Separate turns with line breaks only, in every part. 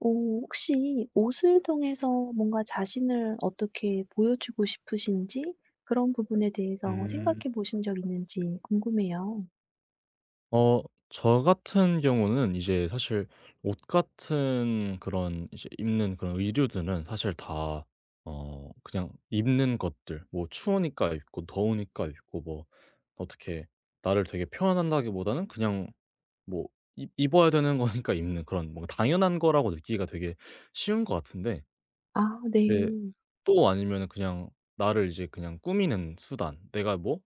오 혹시 옷을 통해서 뭔가 자신을 어떻게 보여주고 싶으신지 그런 부분에 대해서
음.
생각해 보신 적 있는지 궁금해요.
어 저 같은 경우는 이제 사실 옷 같은 그런 이제 입는 그런 의류들은 사실 다 그냥 입는 것들, 뭐 추우니까 입고 더우니까 입고, 뭐 어떻게 나를 되게 표현한다기보다는 그냥 뭐 입 입어야 되는 거니까 입는 그런 뭔가 당연한 거라고 느끼기가 되게 쉬운 것 같은데.
아
네.
네.
또 아니면은 그냥 나를 이제 그냥 꾸미는 수단. 내가 뭐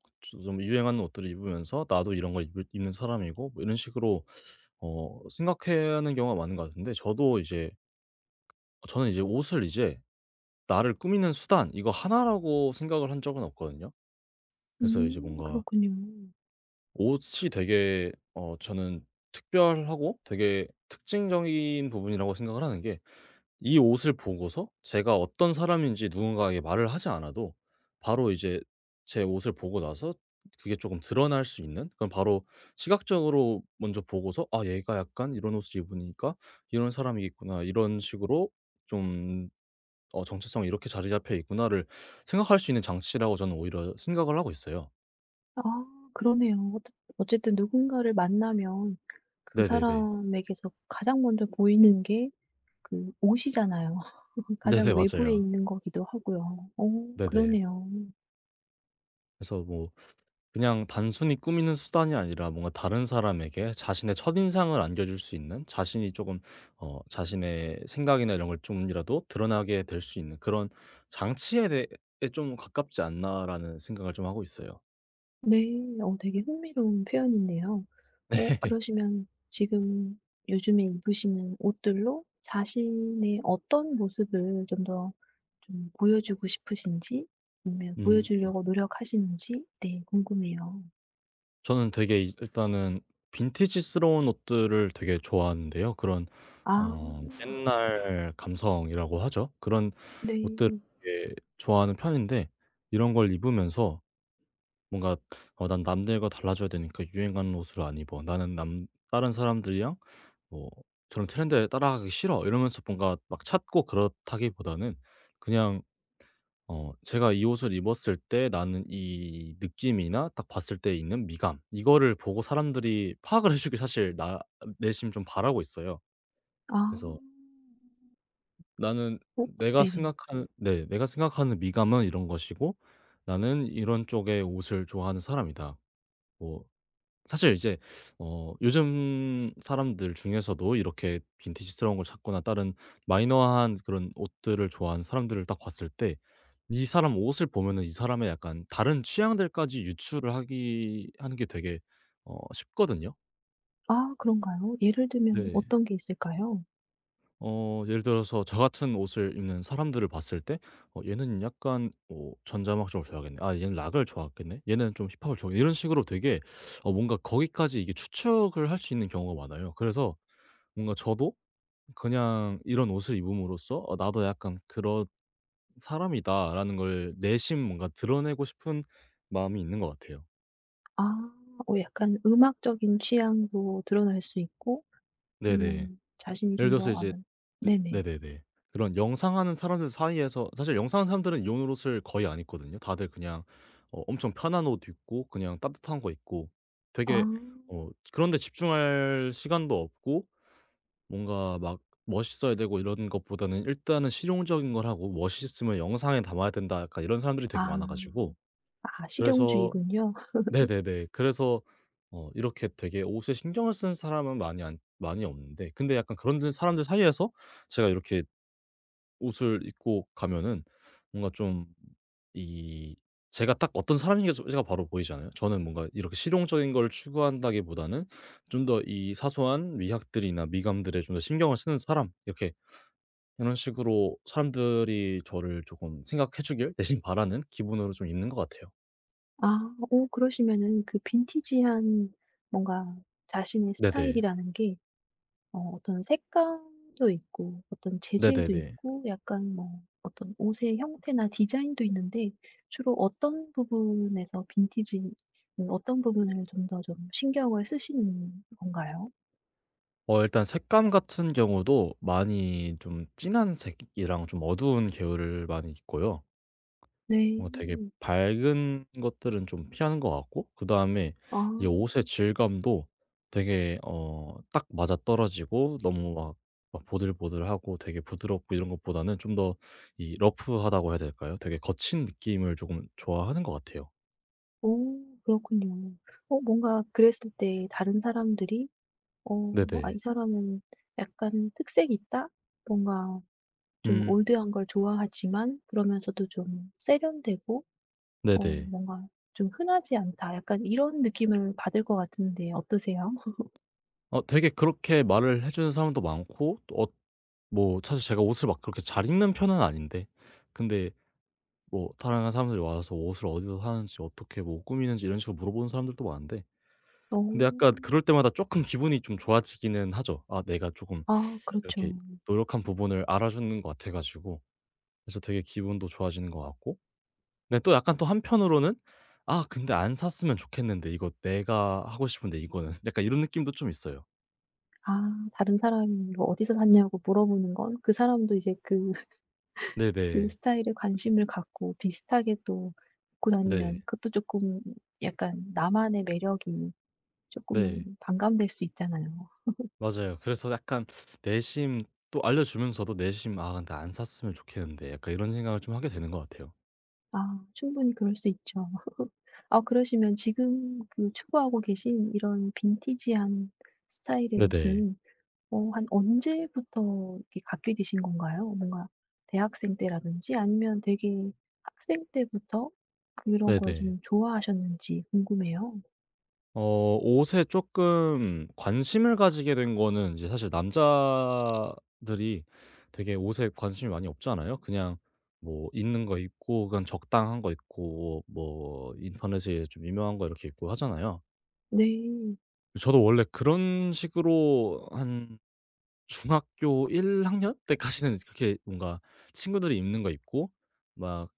좀 유행하는 옷들을 입으면서 '나도 이런 걸 입을 입는 사람이고.' 뭐 이런 식으로 생각하는 경우가 많은 것 같은데, 저도 이제 저는 이제 옷을 이제 '나를 꾸미는 수단.' 이거 하나라고 생각을 한 적은 없거든요. 그래서 이제 뭔가
그렇군요.
옷이 되게 저는 특별하고 되게 특징적인 부분이라고 생각을 하는 게, 이 옷을 보고서 제가 어떤 사람인지 누군가에게 말을 하지 않아도 바로 이제 제 옷을 보고 나서 그게 조금 드러날 수 있는, 그럼 바로 시각적으로 먼저 보고서 '아, 얘가 약간 이런 옷을 입으니까 이런 사람이겠구나. 이런 식으로 좀 정체성이 이렇게 자리 잡혀 있구나.'를 생각할 수 있는 장치라고 저는 오히려 생각을 하고 있어요.
아 그러네요. 어쨌든 누군가를 만나면 그
네네네.
사람에게서 가장 먼저 보이는 게 그 옷이잖아요. 가장
네네.
외부에
맞아요.
있는 거기도 하고요.
네네.
그러네요.
그래서 뭐 그냥 단순히 꾸미는 수단이 아니라, 뭔가 다른 사람에게 자신의 첫인상을 안겨줄 수 있는, 자신이 조금 자신의 생각이나 이런 걸 좀이라도 드러나게 될 수 있는 그런 '장치에 대해 좀 가깝지 않나.'라는 생각을 좀 하고 있어요.
네. 되게 흥미로운 표현인데요. 그러시면 지금 요즘에 입으시는 옷들로 자신의 어떤 모습을 좀 더 좀 보여주고 싶으신지 아니면
음
보여주려고 노력하시는지 네 궁금해요.
저는 되게 이 일단은 빈티지스러운 옷들을 되게 좋아하는데요. 그런
아
옛날 감성이라고 하죠. 그런
네.
옷들을 되게 좋아하는 편인데, 이런 걸 입으면서 뭔가 '난 남들과 달라져야 되니까 유행하는 옷을 안 입어. 나는 남 다른 사람들이랑 뭐 저런 트렌드에 따라가기 싫어.' 이러면서 뭔가 막 찾고 그렇다기보다는, 그냥 제가 이 옷을 입었을 때 나는 이 느낌이나 딱 봤을 때 있는 미감, 이거를 보고 사람들이 파악을 해 주길 사실 나 내심 좀 바라고 있어요.
아.
그래서 나는
어
내가
네네.
생각하는 네. '내가 생각하는 미감은 이런 것이고 나는 이런 쪽의 옷을 좋아하는 사람이다.' 뭐 사실 이제 요즘 사람들 중에서도 이렇게 빈티지스러운 걸 찾거나 다른 마이너한 그런 옷들을 좋아하는 사람들을 딱 봤을 때, 이 사람 옷을 보면은 이 사람의 약간 다른 취향들까지 유추를 하기 하는 게 되게 쉽거든요.
아 그런가요? 예를 들면
네.
어떤 게 있을까요?
예를 들어서 저 같은 옷을 입는 사람들을 봤을 때, 얘는 약간 전자음악 쪽을 좋아하겠네. 아, 얘는 락을 좋아하겠네. 얘는 좀 힙합을 좋아하겠네.' 이런 식으로 되게 뭔가 거기까지 이게 추측을 할 수 있는 경우가 많아요. 그래서 뭔가 저도 그냥 이런 옷을 입음으로써 '어, 나도 약간 그런 사람이다.'라는 걸 내심 뭔가 드러내고 싶은 마음이 있는 것 같아요.
아 약간 음악적인 취향도 드러날 수 있고
네네.
아니면 자신이
예를
좀
들어서
더
이제
아는
으
네네.
네네네. 그런 영상하는 사람들 사이에서, 사실 영상하는 사람들은 이런 옷을 거의 안 입거든요. 다들 그냥 엄청 편한 옷 입고, 그냥 따뜻한 거 입고,
아.
되게 그런 데 집중할 시간도 없고, 뭔가 막 멋있어야 되고 이런 것보다는 일단은 실용적인 걸 하고 "멋있으면 영상에 담아야 된다." 약간 이런 사람들이 되게
아.
많아 가지고,
아
그래서
실용주의군요.
네네네. 그래서 이렇게 되게 옷에 신경을 쓰는 사람은 많이 안 많이 없는데, 근데 약간 그런 들 사람들 사이에서 제가 이렇게 옷을 입고 가면은, 뭔가 좀 이 제가 딱 어떤 사람인지가 제가 바로 보이잖아요. 저는 뭔가 이렇게 실용적인 걸 추구한다기보다는, 좀 더 이 사소한 미학들이나 미감들에 좀 더 신경을 쓰는 사람, 이렇게 이런 식으로 사람들이 저를 조금 생각해 주길 대신 바라는 기분으로 좀 있는 것 같아요.
아 오 그러시면은 그 빈티지한 뭔가 자신의
네네.
스타일이라는 게 어떤 색감도 있고 어떤 재질도
네네네.
있고 약간 뭐 어떤 옷의 형태나 디자인도 있는데 주로 어떤 부분에서 빈티지 어떤 부분을 좀 더 좀 신경을 쓰시는 건가요?
일단 색감 같은 경우도 많이 좀 진한 색이랑 좀 어두운 계열을 많이 입고요.
네.
뭔가 되게 밝은 것들은 좀 피하는 것 같고, 그다음에
아.
이 옷의 질감도 되게 딱 맞아떨어지고 너무 막 보들보들하고 되게 부드럽고 이런 것보다는 좀 더 이 러프하다고 해야 될까요? 되게 거친 느낌을 조금 좋아하는 것 같아요.
오 그렇군요. 뭔가 그랬을 때 다른 사람들이 어 '아 이
네네.
사람은 약간 특색이 있다. 뭔가 좀
음.
올드한 걸 좋아하지만 그러면서도 좀 세련되고
네네.
뭔가 좀 흔하지 않다.' 약간 이런 느낌을 받을 것 같은데 어떠세요?
되게 그렇게 말을 해 주는 사람도 많고, 또 뭐 사실 제가 옷을 막 그렇게 잘 입는 편은 아닌데, 근데 뭐 다양한 사람들이 와서 옷을 어디서 사는지 어떻게 뭐 꾸미는지 이런 식으로 물어보는 사람들도 많은데,
어.
근데 약간 그럴 때마다 쪼끔 기분이 좀 좋아지기는 하죠. 아, 내가 쪼금
아 그렇죠.
이렇게 노력한 부분을 알아주는 것 같아 가지고 그래서 되게 기분도 좋아지는 것 같고, 근데 또 약간 또 한편으로는 '아, 근데 안 샀으면 좋겠는데. 이거 내가 하고 싶은데 이거는.' 약간 이런 느낌도 좀 있어요.
아 다른 사람이 "이거 어디서 샀냐."고 물어보는 건 그 사람도 이제 그 그
네네.
스타일에 관심을 갖고 비슷하게 또 입고
네.
다니면 그것도 조금 약간 나만의 매력이 조금
네.
은 반감될 수 있잖아요.
맞아요. 그래서 약간 내심, 또 알려주면서도 내심 '아, 근데 안 샀으면 좋겠는데.' 약간 이런 생각을 좀 하게 되는 것 같아요.
아 충분히 그럴 수 있죠. 아 그러시면 지금 그 추구하고 계신 이런 빈티지한 스타일의
네네.
옷은 한 언제부터 이렇게 갖게 되신 건가요? 뭔가 대학생 때라든지 아니면 되게 학생 때부터 그런 걸
네네.
좀 좋아하셨는지 궁금해요.
옷에 쪼끔 관심을 가지게 된 거는 이제 사실, 남자들이 되게 옷에 관심이 많이 없잖아요. 그냥 뭐 있는 거 입고, 그냥 적당한 거 입고, 뭐 인터넷에 좀 유명한 거 이렇게 입고 하잖아요.
네.
저도 원래 그런 식으로 한 중학교 1학년 때까지는 그렇게 뭔가 친구들이 입는 거 입고, 막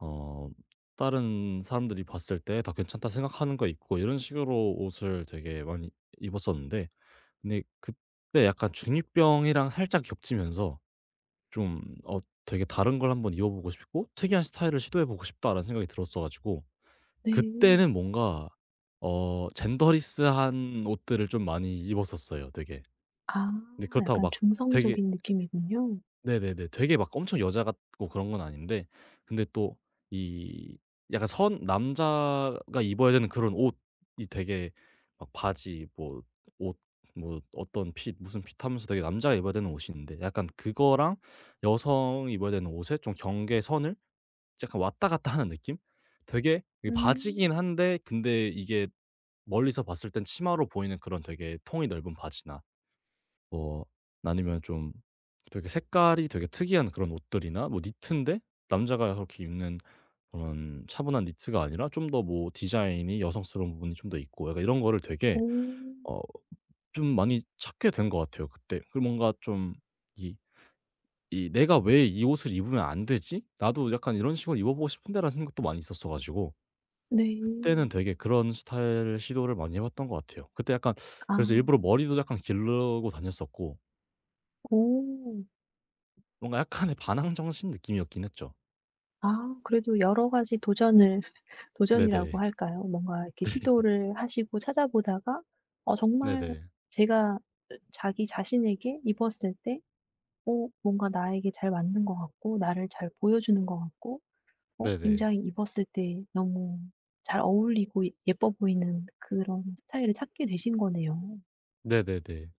어 다른 사람들이 봤을 때 '다 괜찮다.' 생각하는 거 입고 이런 식으로 옷을 되게 많이 입었었는데, 근데 그때 약간 중이병이랑 살짝 겹치면서 좀 '되게 다른 걸 한번 입어 보고 싶고 특이한 스타일을 시도해 보고 싶다.'라는 생각이 들었어 가지고, 그때는
네.
뭔가 젠더리스한 옷들을 좀 많이 입었었어요 되게.
아
근데 그렇다고
약간
막 되게
중성적인 느낌이군요.
네네네. 되게 막 엄청 여자 같고 그런 건 아닌데, 근데 또 이 약간 선 남자가 입어야 되는 그런 옷이 되게 막 바지, 뭐 옷, 뭐 어떤 핏 무슨 핏 하면서 되게 남자가 입어야 되는 옷이 있는데, 약간 그거랑 여성이 입어야 되는 옷의 좀 경계선을 약간 왔다 갔다 하는 느낌? 되게 이게 바지긴
음.
한데 근데 이게 멀리서 봤을 땐 치마로 보이는 그런 되게 통이 넓은 바지나, 뭐 아니면 좀 되게 색깔이 되게 특이한 그런 옷들이나, 뭐 니트인데 남자가 그렇게 입는 그런 차분한 니트가 아니라 좀 더 뭐 디자인이 여성스러운 부분이 좀 더 있고, 약간 이런 거를 되게
오.
어 좀 많이 찾게 된 것 같아요 그때. 그리고 뭔가 좀 이 이 '내가 왜 이 옷을 입으면 안 되지? 나도 약간 이런 식으로 입어보고 싶은데.'라는 생각도 많이 있었어 가지고,
네.
그때는 되게 그런 스타일 시도를 많이 해 봤던 것 같아요 그때 약간.
아.
그래서 일부러 머리도 약간 기르고 다녔었고,
오.
뭔가 약간의 반항 정신 느낌이었긴 했죠.
아 그래도 여러 가지 도전을 도전이라고
네네.
할까요? 뭔가 이렇게 시도를 하시고 찾아보다가 정말
네네.
제가 자기 자신에게 입었을 때 뭔가 나에게 잘 맞는 것 같고 나를 잘 보여주는 것 같고
네네.
굉장히 입었을 때 너무 잘 어울리고 예뻐 보이는 그런 스타일을 찾게 되신 거네요.
네네네.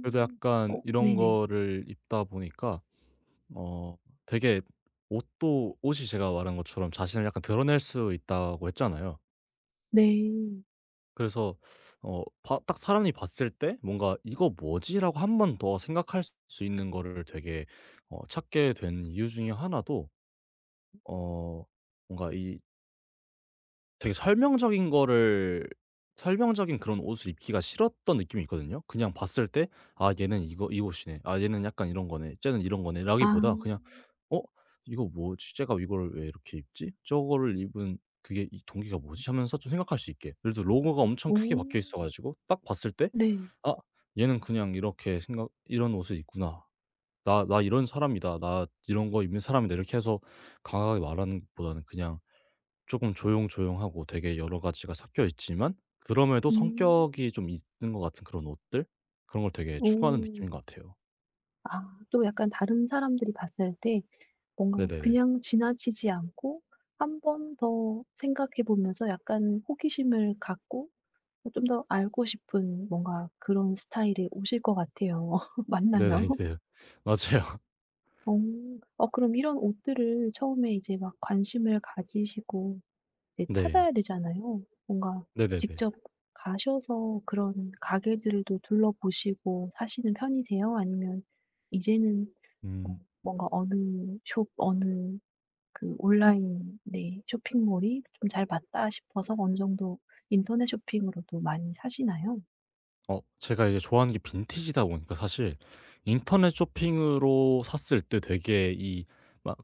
그래도 약간
어
이런
네네.
거를 입다 보니까 어 되게 옷도 옷이 제가 말한 것처럼 자신을 약간 드러낼 수 있다고 했잖아요.
네.
그래서 어 바 딱 사람이 봤을 때 뭔가 '이거 뭐지?'라고 한 번 더 생각할 수 있는 거를 되게 찾게 된 이유 중에 하나도 어 뭔가 이 되게 설명적인 그런 옷을 입기가 싫었던 느낌이 있거든요. 그냥 봤을 때 '아, 얘는 이거 이 옷이네. 아, 얘는 약간 이런 거네. 쟤는 이런
아.
거네.'라기보다 그냥 '어, 이거 뭐지? 쟤가 이걸 왜 이렇게 입지? 저거를 입은 그게 이 동기가 뭐지?' 하면서 좀 생각할 수 있게. 예를 들어 로고가 엄청
오.
크게 박혀 있어 가지고 딱 봤을 때
네.
'아, 얘는 그냥 이렇게 생각 이런 옷을 입구나. 나 이런 사람이다. 나 이런 거 입는 사람이다.' 이렇게 해서 강하게 말하는 것보다는, 그냥 조금 조용조용하고 되게 여러 가지가 섞여 있지만 그럼에도 성격이
음.
좀 있는 것 같은 그런 옷들? 그런 걸 되게 추구하는 느낌인
오.
것 같아요.
아 또 약간 다른 사람들이 봤을 때 뭔가
네네네.
그냥 지나치지 않고 한 번 더 생각해 보면서 약간 호기심을 갖고 좀 더 알고 싶은 뭔가 그런 스타일에 오실 것 같아요. 맞나요?
네네 네. 맞아요.
어. 그럼 이런 옷들을 처음에 이제 막 관심을 가지시고 이제
네.
찾아야 되잖아요. 뭔가
네네네.
직접 가셔서 그런 가게들도 둘러보시고 사시는 편이세요? 아니면 이제는
음.
뭔가 어느 숍 어느 그 온라인 네 쇼핑몰이 좀 잘 맞다 싶어서 어느 정도 인터넷 쇼핑으로도 많이 사시나요?
제가 이제 좋아하는 게 빈티지다 보니까, 사실 인터넷 쇼핑으로 샀을 때 되게 이 막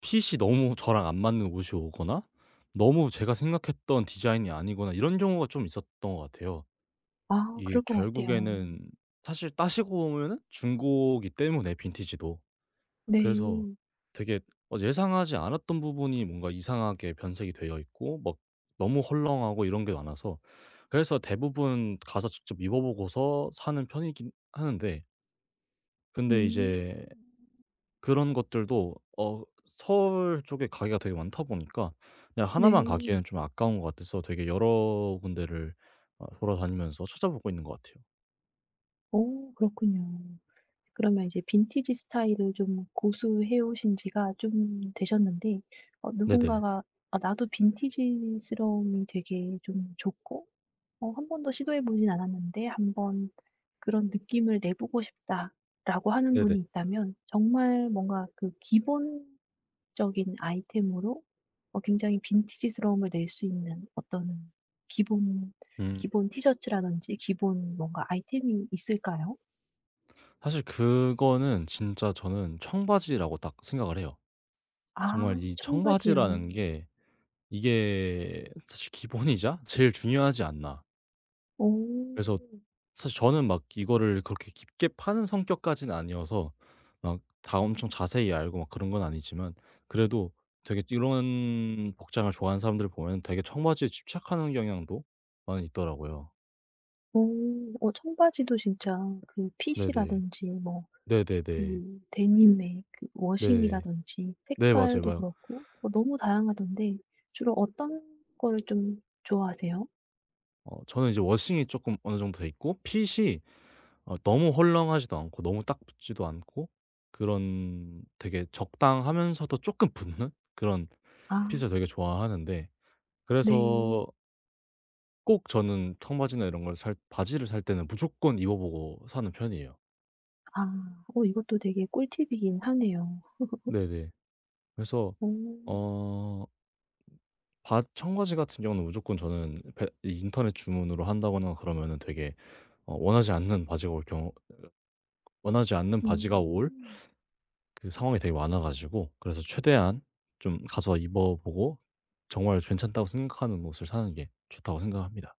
핏이 너무 저랑 안 맞는 옷이 오거나, 너무 제가 생각했던 디자인이 아니거나, 이런 경우가 좀 있었던 것 같아요.
아
이게
그럴 것 같아요.
결국에는 사실 따지고 보면은 중고기 때문에 빈티지도. 그래서
네.
되게 예상하지 않았던 부분이 뭔가 이상하게 변색이 되어 있고, 막 너무 헐렁하고 이런 게 많아서, 그래서 대부분 가서 직접 입어 보고서 사는 편이긴 하는데, 근데
음.
이제 그런 것들도 서울 쪽에 가게가 되게 많다 보니까, 그냥 하나만
네.
가기에는 좀 아까운 것 같아서 되게 여러 군데를 돌아다니면서 찾아보고 있는 것 같아요.
오 그렇군요. 그러면 이제 빈티지 스타일을 좀 고수해 오신 지가 좀 되셨는데
네네.
누군가가 '아 나도 빈티지스러움이 되게 좀 좋고 한 번도 시도해 보진 않았는데 한 번 그런 느낌을 내 보고 싶다라고 하는
네네.
분이 있다면 정말 뭔가 그 기본적인 아이템으로 굉장히 빈티지스러움을 낼 수 있는 어떤 기본
음.
기본 티셔츠라든지 기본 뭔가 아이템이 있을까요?
사실 그거는 진짜 저는 청바지라고 딱 생각을 해요. 정말
아
이
청바지요.
청바지라는 게, 이게 사실 기본이자 제일 중요하지 않나.
오
그래서 사실 저는 막 이거를 그렇게 깊게 파는 성격까지는 아니어서 막 다 엄청 자세히 알고 막 그런 건 아니지만, 그래도 되게 이런 복장을 좋아하는 사람들을 보면 되게 청바지에 집착하는 경향도 많이 있더라고요.
오 청바지도 진짜 그
네네.
핏이라든지 뭐
네네네.
그 데님의 그
네.
워싱이라든지
네, 맞아요.
색깔도
맞아요.
그렇고 뭐 너무 다양하던데 주로 어떤 거를 좀 좋아하세요?
저는 이제 워싱이 조금 어느 정도 돼 있고, 핏이 너무 헐렁하지도 않고 너무 딱 붙지도 않고 그런 되게 적당하면서도 조금 붙는 그런
아
핏을 되게 좋아하는데,
네.
그래서 꼭 저는 청바지나 이런 걸 살, 바지를 살 때는 무조건 입어 보고 사는 편이에요.
아 이것도 되게 꿀팁이긴 하네요.
네네. 그래서
오
어 바 청바지 같은 경우는, 무조건 저는 배 이 인터넷 주문으로 한다거나 그러면은 되게 어 원하지 않는 바지가 올 경우 원하지 않는 바지가 올
음.
그 상황이 되게 많아 가지고, 그래서 최대한 좀 가서 입어 보고 정말 괜찮다고 생각하는 옷을 사는 게 좋다고 생각합니다.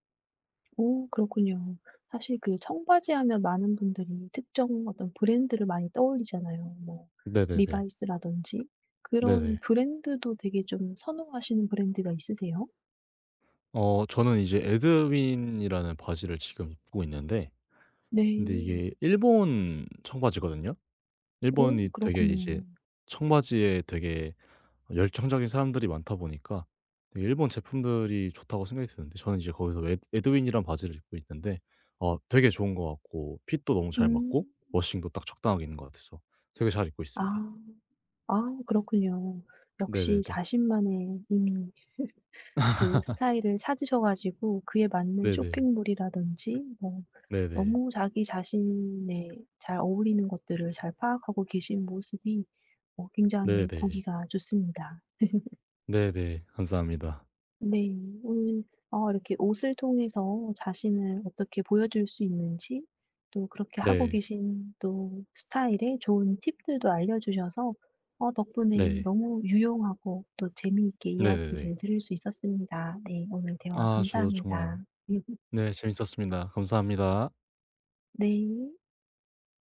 오, 그렇군요. 사실 그 청바지 하면 많은 분들이 특정 어떤 브랜드를 많이 떠올리잖아요. 뭐
네네네.
리바이스라든지 그런
네네.
브랜드도 되게 좀 선호하시는 브랜드가 있으세요?
저는 이제 에드윈이라는 바지를 지금 입고 있는데, 근데
네.
이게 일본 청바지거든요.
오
일본이 되게 이제
그렇군요.
청바지에 되게 열정적인 사람들이 많다 보니까 되게 일본 제품들이 좋다고 생각이 드는데, 저는 이제 거기서 에드윈이란 바지를 입고 있는데, 되게 좋은 것 같고 핏도 너무 잘 맞고
음.
워싱도 딱 적당하게 있는 것 같아서 되게 잘 입고 있습니다.
아. 아 그렇군요. 역시
네네네.
자신만의 이미 그 스타일을 찾으셔 가지고 그에 맞는
네네.
쇼핑몰이라든지 뭐
네네.
너무 자기 자신에 잘 어울리는 것들을 잘 파악하고 계신 모습이 굉장히
네네.
보기가 좋습니다.
네네. 감사합니다.
네. 오늘 이렇게 옷을 통해서 자신을 어떻게 보여줄 수 있는지 또 그렇게 하고
네.
계신 또 스타일의 좋은 팁들도 알려주셔서 덕분에
네.
너무 유용하고 또 재미있게
네네네.
이야기를 들을 수 있었습니다. 네. 오늘 대화
아, 저도 정말
감사합니다.
네 재밌었습니다. 감사합니다.
네.